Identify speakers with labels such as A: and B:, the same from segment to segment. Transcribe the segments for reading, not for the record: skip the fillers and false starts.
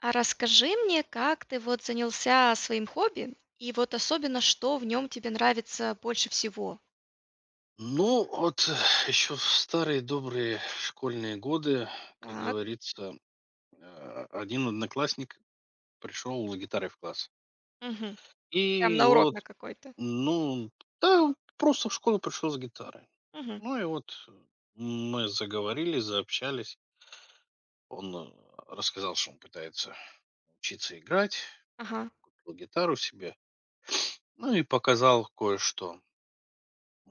A: А расскажи мне, как ты вот занялся своим хобби, и вот особенно, что в нем тебе нравится больше всего?
B: Ну, вот еще в старые добрые школьные годы, как
A: Так,
B: говорится, один одноклассник пришел с гитарой в класс.
A: мгм. Прям
B: И
A: на урок
B: вот,
A: на какой-то.
B: ну, да, просто в школу пришел с гитарой.
A: Мгм.
B: Ну и вот мы заговорили, заобщались. Он рассказал, что он пытается учиться играть,
A: Ага.
B: купил гитару себе. Ну и показал кое-что.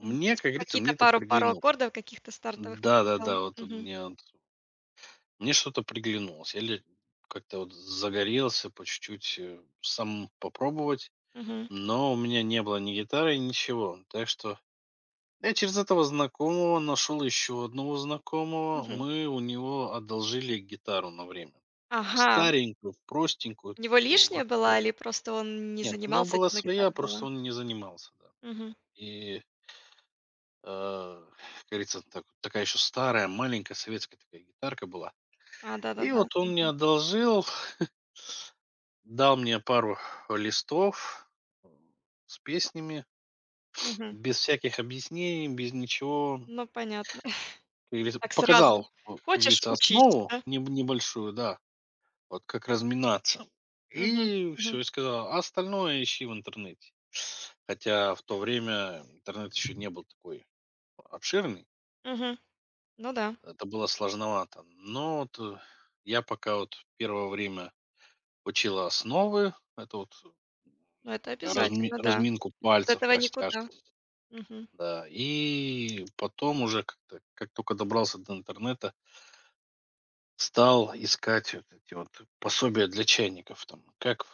A: Мгм. То есть
B: как говорится,
A: какие-то
B: мне это
A: пару
B: приглянулось.
A: аккордов каких-то стартовых показал.
B: Да-да-да, вот
A: Мгм.
B: мне он Мне что-то приглянулось. Я ли как-то вот загорелся по чуть-чуть сам попробовать,
A: Мгм.
B: но у меня не было ни гитары, ничего. Так что я через этого знакомого нашел еще одного знакомого.
A: Мгм.
B: Мы у него одолжили гитару на время.
A: Ага.
B: Старенькую, простенькую
A: У него
B: такую
A: лишняя
B: вообще.
A: была или просто он не
B: Нет, у него
A: занимался
B: была
A: этим на
B: своя,
A: гитаре
B: просто
A: было?
B: он не занимался. Да.
A: Мгм.
B: И, как говорится, такая еще старая, маленькая советская такая гитарка была.
A: А,
B: И
A: да-да-да.
B: вот он мне одолжил, дал мне пару листов, м, с песнями,
A: Мгм.
B: без всяких объяснений, без ничего.
A: Ну, понятно.
B: Как говорится,
A: Так сразу.
B: показал, вот, как
A: Хочешь
B: говорится,
A: учись,
B: основу
A: да?
B: небольшую, да, вот как разминаться.
A: Мгм.
B: И
A: Мгм.
B: все и сказал: "А остальное ищи в интернете". Хотя в то время интернет еще не был такой обширный,
A: Мгм. Ну да.
B: это было сложновато. Но вот, я пока вот первое время учил основы, это вот,
A: Ну, это обязательно, да.
B: разминку
A: Без
B: пальцев,
A: этого
B: растяжку.
A: никуда. Мгм.
B: Да, и потом уже как-то, как только добрался до интернета, стал искать вот эти вот пособия для чайников, там, как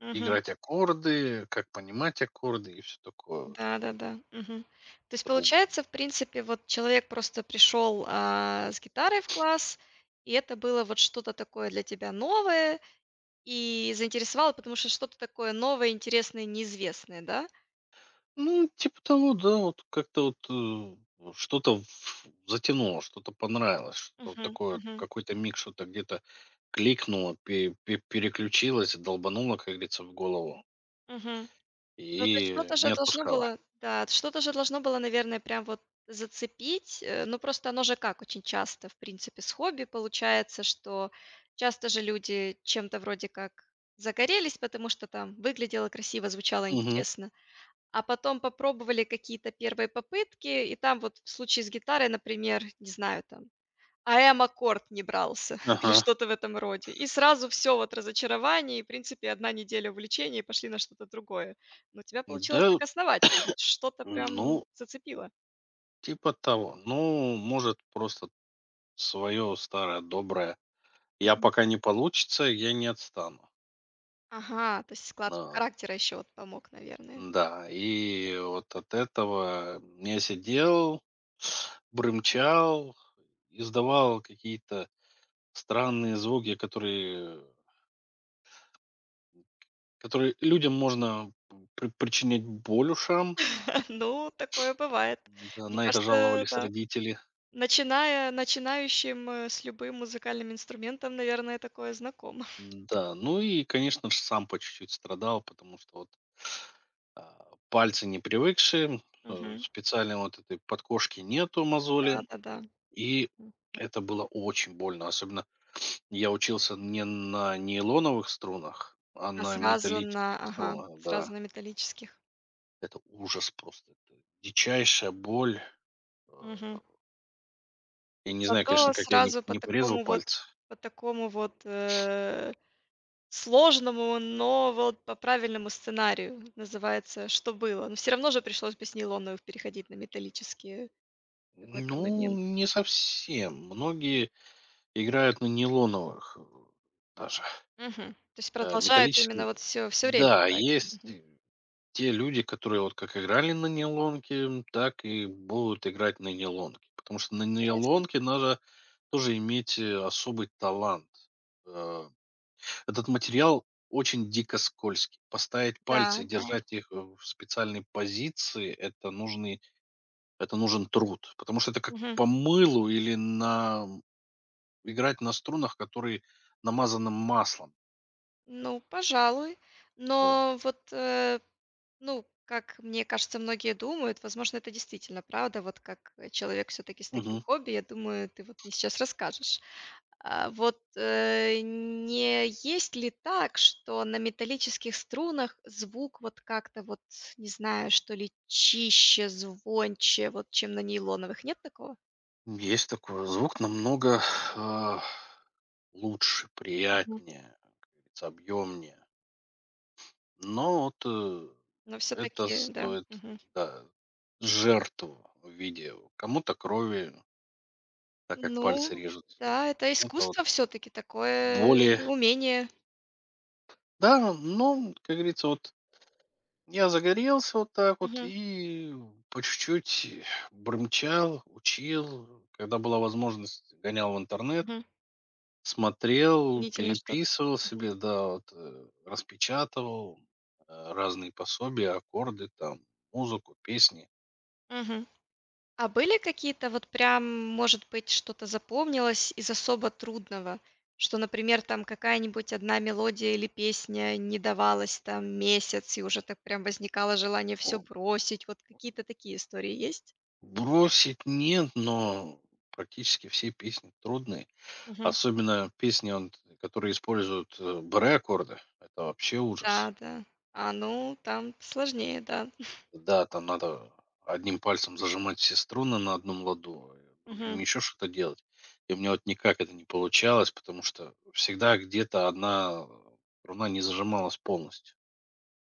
A: Мгм.
B: играть аккорды, как понимать аккорды и все такое. Вот.
A: Да-да-да. Мгм. То есть
B: Это был,
A: получается, в принципе, вот человек просто пришел, с гитарой в класс, и это было вот что-то такое для тебя новое и заинтересовало, потому что что-то такое новое, интересное, неизвестное, да?
B: ну, типа того, да, вот как-то вот вот затянуло, что-то понравилось, что вот
A: Мгм.
B: такое, вот в
A: Мгм.
B: какой-то миг что-то где-то кликнуло, переключилось, долбануло, как говорится, в голову
A: Мгм. Ну, то есть
B: и
A: что-то
B: не
A: же должно
B: отпускало.
A: было, да, что-то же должно было, наверное, прям вот зацепить. Ну, просто оно же как очень часто, в принципе, с хобби получается, что часто же люди чем-то вроде как загорелись, потому что там выглядело красиво, звучало
B: Мгм.
A: интересно, а потом попробовали какие-то первые попытки, и там вот в случае с гитарой, например, не знаю, там эм-аккорд не брался или
B: Ага.
A: что-то в этом роде. И сразу все вот разочарование, и, в принципе, одна неделя увлечения, и пошли на что-то другое. Но у тебя получилось
B: Да,
A: так основательно, вот что-то прям
B: ну,
A: зацепило.
B: типа того. Ну, может, просто свое старое доброе. Я
A: Мгм.
B: пока не получится, я не отстану.
A: Ага, то есть склад
B: Но,
A: характера еще вот помог, наверное.
B: да, и вот от этого я сидел, брымчал, издавал какие-то странные звуки, которые людям можно причинять боль ушам.
A: Ну, такое бывает.
B: Да,
A: Мне
B: на это
A: кажется,
B: жаловались
A: да.
B: родители.
A: Начиная начинающим, с любым музыкальным инструментом, наверное, такое знакомо.
B: Да ну и, конечно же, сам по чуть-чуть страдал, потому что вот, пальцы не привыкшие,
A: Мгм.
B: специальной вот этой подкошки нету, мозоли,
A: Да-да-да.
B: и это было очень больно. Особенно я учился не на нейлоновых струнах, а
A: А
B: на
A: сразу на
B: металлических
A: ага,
B: струнах, да.
A: сразу на металлических.
B: Это ужас просто, это дичайшая боль. Э,
A: Мгм.
B: я не знаю, конечно,
A: Зато
B: как я не
A: сразу по
B: не порезал
A: такому вот
B: пальцы.
A: по такому вот, э, сложному, но вот по правильному сценарию. Называется "Что было?". Но все равно же пришлось бы с нейлоновых переходить на металлические в какой-то
B: Ну,
A: момент.
B: не совсем. Многие играют на нейлоновых, даже,
A: Мгм. То есть продолжают
B: металлических.
A: именно вот все время
B: Да,
A: играть.
B: есть
A: Мгм.
B: те люди, которые вот как играли на нейлонке, так и будут играть на нейлонке. Потому что на
A: Интересно.
B: нейлонке надо тоже иметь, особый талант. Э, этот материал очень дико скользкий. Поставить
A: Да,
B: пальцы и
A: да.
B: держать их в специальной позиции - это нужен труд. Потому что это как
A: Мгм.
B: по мылу или на играть на струнах, которые намазаны маслом.
A: Ну, пожалуй.
B: Вот.
A: Но вот. Ну, как мне кажется, многие думают, возможно, это действительно правда. Вот как, человек все таки с таким
B: Мгм.
A: хобби, я думаю, ты вот мне сейчас расскажешь. А вот, не есть ли так, что на металлических струнах звук вот как-то вот, не знаю, что ли, чище, звонче, вот, чем на нейлоновых? Нет такого?
B: Есть такой. Звук намного, а, лучше,
A: Мгм.
B: приятнее, как говорится, объемнее. Но вот,
A: Но все
B: это
A: таки да.
B: стоит,
A: Мгм.
B: да, жертву в виде кому-то крови, так как
A: Ну
B: пальцы режутся,
A: да, это
B: кому-то вот
A: искусство все таки такое
B: боли.
A: умение.
B: Да, ну, как говорится, вот я загорелся вот так вот
A: Мгм,
B: и по чуть-чуть брымчал, учил. Когда была возможность, гонял в интернет.
A: мгм.
B: Смотрел,
A: Дополнительно что-то.
B: переписывал
A: Мгм,
B: себе, да, вот, распечатывал, разные пособия, аккорды там, музыку, песни.
A: мгм. А были какие-то вот прям, может быть, что-то запомнилось из особо трудного? Что, например, там какая-нибудь одна мелодия или песня не давалась там месяц, и уже так прям возникало желание все
B: О,
A: бросить. Вот какие-то такие истории есть?
B: бросить нет, но практически все песни трудные.
A: Мгм.
B: Особенно песни, он которые используют, БР-аккорды. Это вообще
A: Да,
B: ужас.
A: да. А, ну, там сложнее, да.
B: Да, там надо одним пальцем зажимать все струны на одном ладу, другим
A: Мгм.
B: еще что-то делать. И у меня вот никак это не получалось, потому что всегда где-то одна струна не зажималась полностью.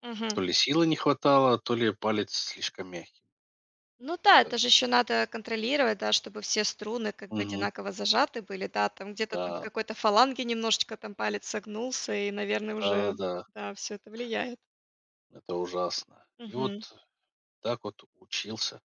A: Мгм.
B: То ли силы не хватало, то ли палец слишком мягкий.
A: Ну да, это
B: Да.
A: же еще надо контролировать, да, чтобы все струны как бы
B: Мгм.
A: одинаково зажаты были, да, там где-то там в
B: Да,
A: какой-то фаланге немножечко там палец согнулся, и, наверное, уже,
B: да-да-да,
A: да, все это влияет.
B: это ужасно. И вот
A: Мгм.
B: так вот учился.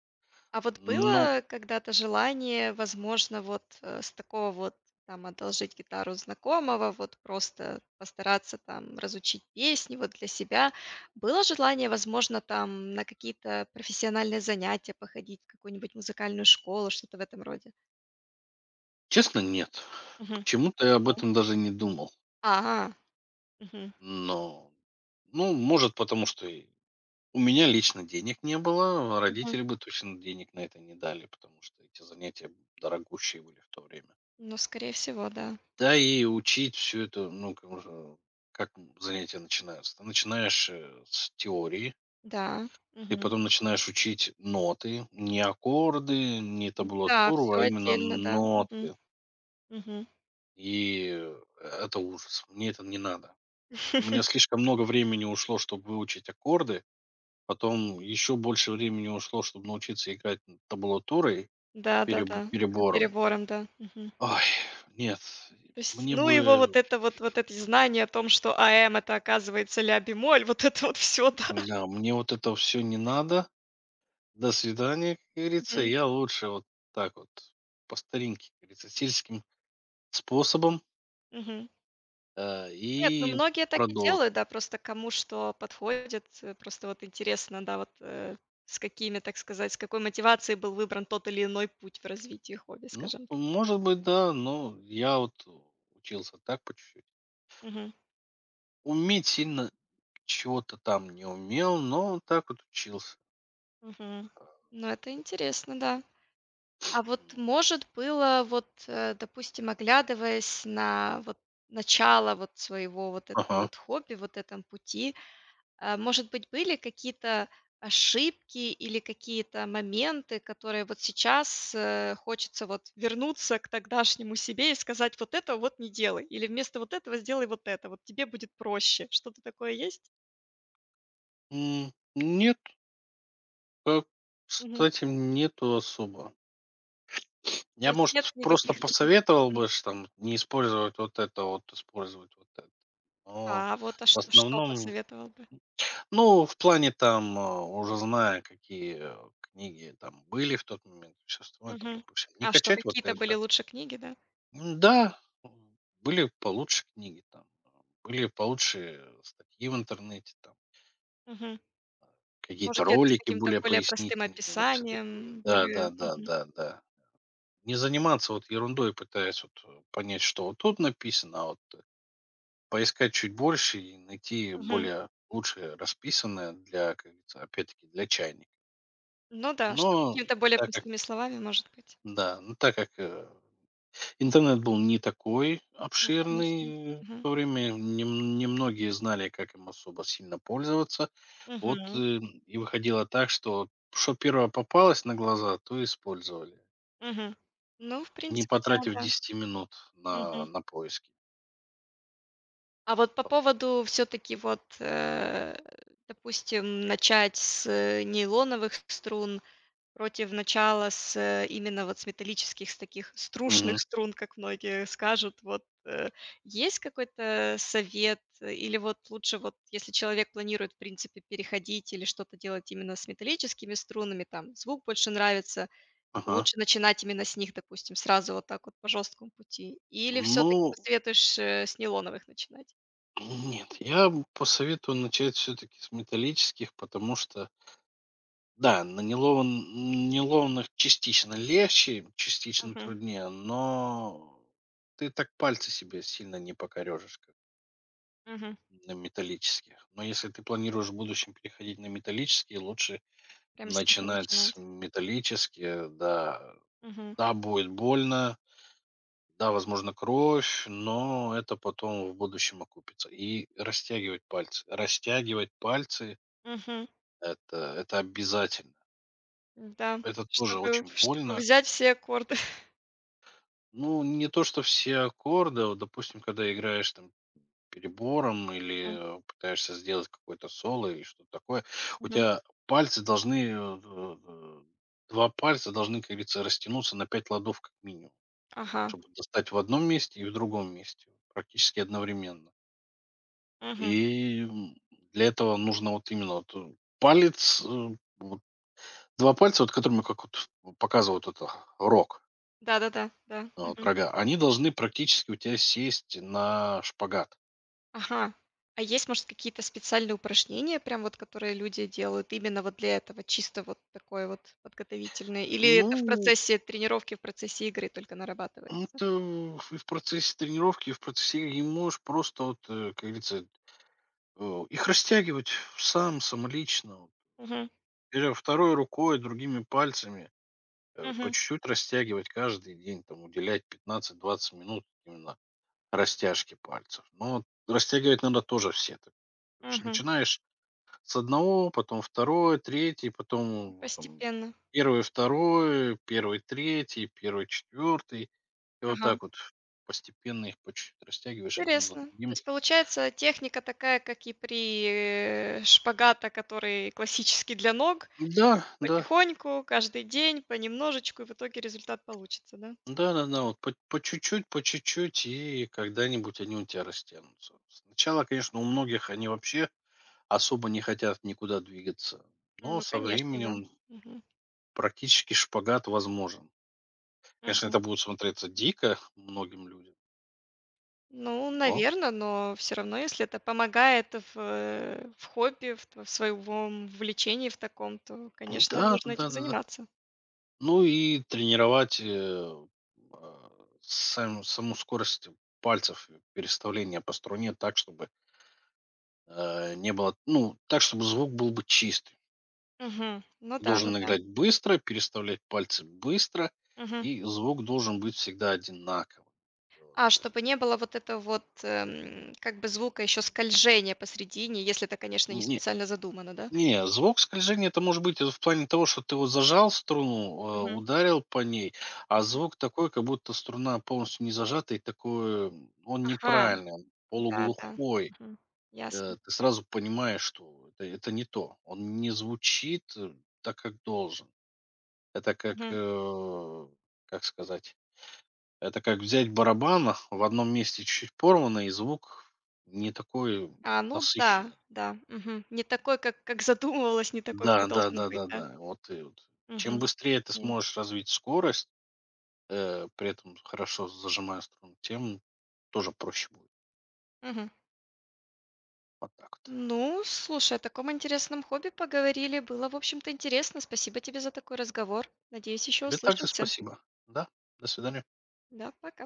A: А вот
B: Ну,
A: было когда-то желание, возможно, вот, с такого вот там одолжить гитару знакомого, вот просто постараться там разучить песни вот для себя? Было желание, возможно, там на какие-то профессиональные занятия походить, в какую-нибудь музыкальную школу, что-то в этом роде?
B: честно, нет.
A: Мгм.
B: Почему-то я об
A: Почему?
B: этом даже не думал.
A: А, мгм,
B: Но, ну, может, потому что у меня лично денег не было, а
A: мгм.
B: родители бы точно денег на это не дали, потому что эти занятия дорогущие были в то время.
A: Ну, скорее всего, да.
B: Да и учить все это, ну, как, как занятия начинаются? Ты начинаешь с теории,
A: Да,
B: и
A: мгм.
B: потом начинаешь учить ноты, не аккорды, не
A: Да,
B: табулатуру,
A: все
B: а именно
A: отдельно, да. Мгм,
B: ноты.
A: мгм.
B: И это ужас. Мне это не надо. У меня слишком много времени ушло, чтобы выучить аккорды, потом еще больше времени ушло, чтобы научиться играть табулатурой,
A: Да-да-да. Ага,
B: перебором.
A: перебором, да. Мгм.
B: Ой, нет,
A: То есть,
B: мне
A: ну, его
B: бы,
A: вот это вот эти знания о том, что АМ это, оказывается, "ля"-бемоль, вот это вот все, да.
B: да, мне вот это все не надо. До свидания, как говорится.
A: Мгм,
B: Я лучше вот так вот по старинке, как говорится, сельским способом,
A: мгм. Нет, ну,
B: и
A: многие так и
B: продолжу.
A: делают, да, просто кому что подходит. Просто вот интересно, да, вот, с какими, так сказать, с какой мотивацией был выбран тот или иной путь в развитии хобби,
B: Ну,
A: скажем.
B: может быть, да, но я вот учился так по чуть-чуть.
A: Мгм,
B: Уметь сильно чего-то там не умел, но так вот учился.
A: мгм. Ну, это интересно, да. А вот,
B: Ну,
A: может, было вот, допустим, оглядываясь на вот начало вот своего вот этого
B: ага.
A: вот хобби, вот этом пути, может быть, были какие-то ошибки или какие-то моменты, которые вот сейчас, хочется вот вернуться к тогдашнему себе и сказать: "Вот этого вот не делай", или "Вместо вот этого сделай вот это, вот тебе будет проще". Что-то такое есть?
B: Нет, э,
A: Мгм.
B: кстати, нету особо.
A: То
B: Я,
A: есть нет
B: может, просто
A: никаких таких.
B: посоветовал бы ш там не использовать вот это вот, использовать вот это. Но
A: А вот, а
B: в
A: что
B: основном,
A: посоветовал бы?
B: ну, в плане там, уже зная, какие книги там были в тот момент, существуют там,
A: Мгм.
B: допустим, не
A: А что,
B: качать вот
A: какие-то были
B: это.
A: лучше книги, да?
B: М-да, да, были получше книги там, были получше статьи в интернете там,
A: Мгм.
B: какие-то
A: Может, где-то с
B: ролики
A: каким-то
B: более
A: более простым
B: пояснительные, вот все такие.
A: описанием, более мгм,
B: Да-да-да-да-да. Не заниматься вот ерундой, пытаясь вот, понять, что вот тут написано, а вот поискать чуть больше и найти
A: мгм.
B: более лучше расписанное для, как говорится, опять-таки для чайника.
A: Ну да, что
B: Но
A: какими-то более
B: так как
A: простыми словами, может быть.
B: да, но так как, интернет был не такой
A: Ну, конечно.
B: обширный в
A: Мгм.
B: то время, немногие знали, как им особо сильно пользоваться. Вот,
A: Мгм.
B: и выходило так, что первое попалось на глаза, то и использовали,
A: Мгм. Ну, в
B: не
A: принципе, да,
B: потратив
A: да.
B: 10 минут на
A: Мгм.
B: на поиски.
A: А вот по поводу все таки вот, допустим, начать с нейлоновых струн, против начала с, именно вот с металлических, с таких струшных
B: Мгм.
A: струн, как многие скажут. Вот, есть какой-то совет или вот лучше вот, если человек планирует, в принципе, переходить или что-то делать именно с металлическими струнами, там звук больше нравится, то
B: Ага.
A: лучше начинать именно с них, допустим, сразу вот так вот по жесткому пути? Или все-таки
B: Ну,
A: посоветуешь, с нейлоновых начинать?
B: нет, я б посоветую начать все-таки с металлических, потому что, да, на неловных частично легче, частично
A: Мгм,
B: труднее, но ты так пальцы себе сильно не покорежешь, как
A: мгм.
B: на металлических. Но если ты планируешь в будущем переходить на металлические, лучше
A: Прямо с них и
B: начинать с
A: начинать.
B: металлические, да.
A: Мгм,
B: Да, будет больно, да, возможно, кровь, но это потом в будущем окупится. И растягивать пальцы, растягивать пальцы
A: мгм.
B: Это обязательно.
A: Да,
B: Это тоже
A: чтобы
B: очень
A: чтобы
B: больно.
A: взять все аккорды.
B: Ну, не то, что все аккорды. Вот, допустим, когда играешь там перебором или пытаешься сделать какое-то соло или что-то такое, у
A: Мгм.
B: тебя пальцы должны, э, э, э, пальца должны, как говорится, растянуться на 5 ладов как минимум,
A: Ага.
B: чтобы достать в одном месте и в другом месте практически одновременно.
A: Мгм.
B: И, для этого нужно вот именно вот, вот 2 пальца, вот которыми как вот показывают это рок.
A: Да-да-да, да. Мгм.
B: Рога, они должны практически у тебя сесть на шпагат.
A: Ага. А есть, может, какие-то специальные упражнения, прям вот которые люди делают именно вот для этого, чисто вот такое вот подготовительное? Или это в
B: Ну,
A: процессе тренировки, в процессе игры только нарабатывается?
B: это и в процессе тренировки, и в процессе игры не можешь просто, вот, как говорится, их растягивать сам, самолично. Вот.
A: Мгм.
B: Или второй рукой, другими пальцами по
A: Мгм.
B: чуть-чуть растягивать каждый день, там, уделять 15-20 минут именно растяжке пальцев. Но вот растягивать надо тоже все. Ты
A: Мгм.
B: начинаешь с одного, потом 2, 3, потом там
A: Постепенно.
B: 1, 2, 1, 3, 1, 4. И вот
A: Ага.
B: так вот постепенно их по чуть-чуть растягиваешь один за
A: Интересно. То
B: другим.
A: есть получается техника такая, как и при, шпагата, который классический для ног,
B: Да, да.
A: потихоньку, каждый день, понемножечку, и в итоге результат получится, да?
B: Да-да-да, вот по чуть-чуть, по чуть-чуть, и когда-нибудь они у тебя растянутся. Сначала, конечно, у многих они вообще особо не хотят никуда двигаться,
A: М,
B: но
A: ну,
B: со
A: конечно, да.
B: временем
A: Мгм.
B: практически шпагат возможен. Конечно,
A: Мгм.
B: это будет смотреться дико многим людям,
A: Ну,
B: но
A: наверное, но все равно, если это помогает в, в хобби, в тв в своем увлечении в таком, то, конечно,
B: да,
A: нужно этим
B: да-да-да.
A: заниматься.
B: Ну и тренировать а, саму скорость пальцев переставления по струне так, чтобы не было, ну, так, чтобы звук был бы чистый.
A: Мгм. Ну да, ну
B: Должен
A: да.
B: играть быстро, переставлять пальцы быстро,
A: Мгм.
B: и звук должен быть всегда одинаковым. И вот,
A: А чтобы не было вот этого вот, как бы звука еще скольжения посредине, если это, конечно, не
B: не-
A: специально задумано, да?
B: не, звук скольжения - это может быть в плане того, что ты вот зажал струну,
A: Мгм.
B: ударил по ней, а
A: Мгм.
B: звук такой, как будто струна полностью не зажата, и такой, он
A: Ага,
B: неправильный, он
A: да-да.
B: полуглухой.
A: Мгм. Ясно.
B: Ты сразу понимаешь, что это не то. Он не звучит, так, как должен. Это как,
A: Мгм.
B: как сказать, это как взять барабана в одном месте чуть-чуть порвано, и звук не такой
A: А, ну да,
B: насыщенный.
A: да. Мгм. Не такой, как задумывалось, не такой,
B: Да,
A: как
B: да,
A: должен
B: да,
A: быть,
B: да,
A: да?
B: да. Вот и вот. Чем
A: Мгм.
B: быстрее ты
A: М.
B: сможешь развить скорость, при этом хорошо зажимая струну, тем тоже проще будет.
A: Мгм.
B: Вот так вот.
A: Ну, слушай, о таком интересном хобби поговорили. Было, в общем-то, интересно. Спасибо тебе за такой разговор. Надеюсь, еще
B: Тебе также
A: услышимся.
B: спасибо. Да, до свидания.
A: Да, пока.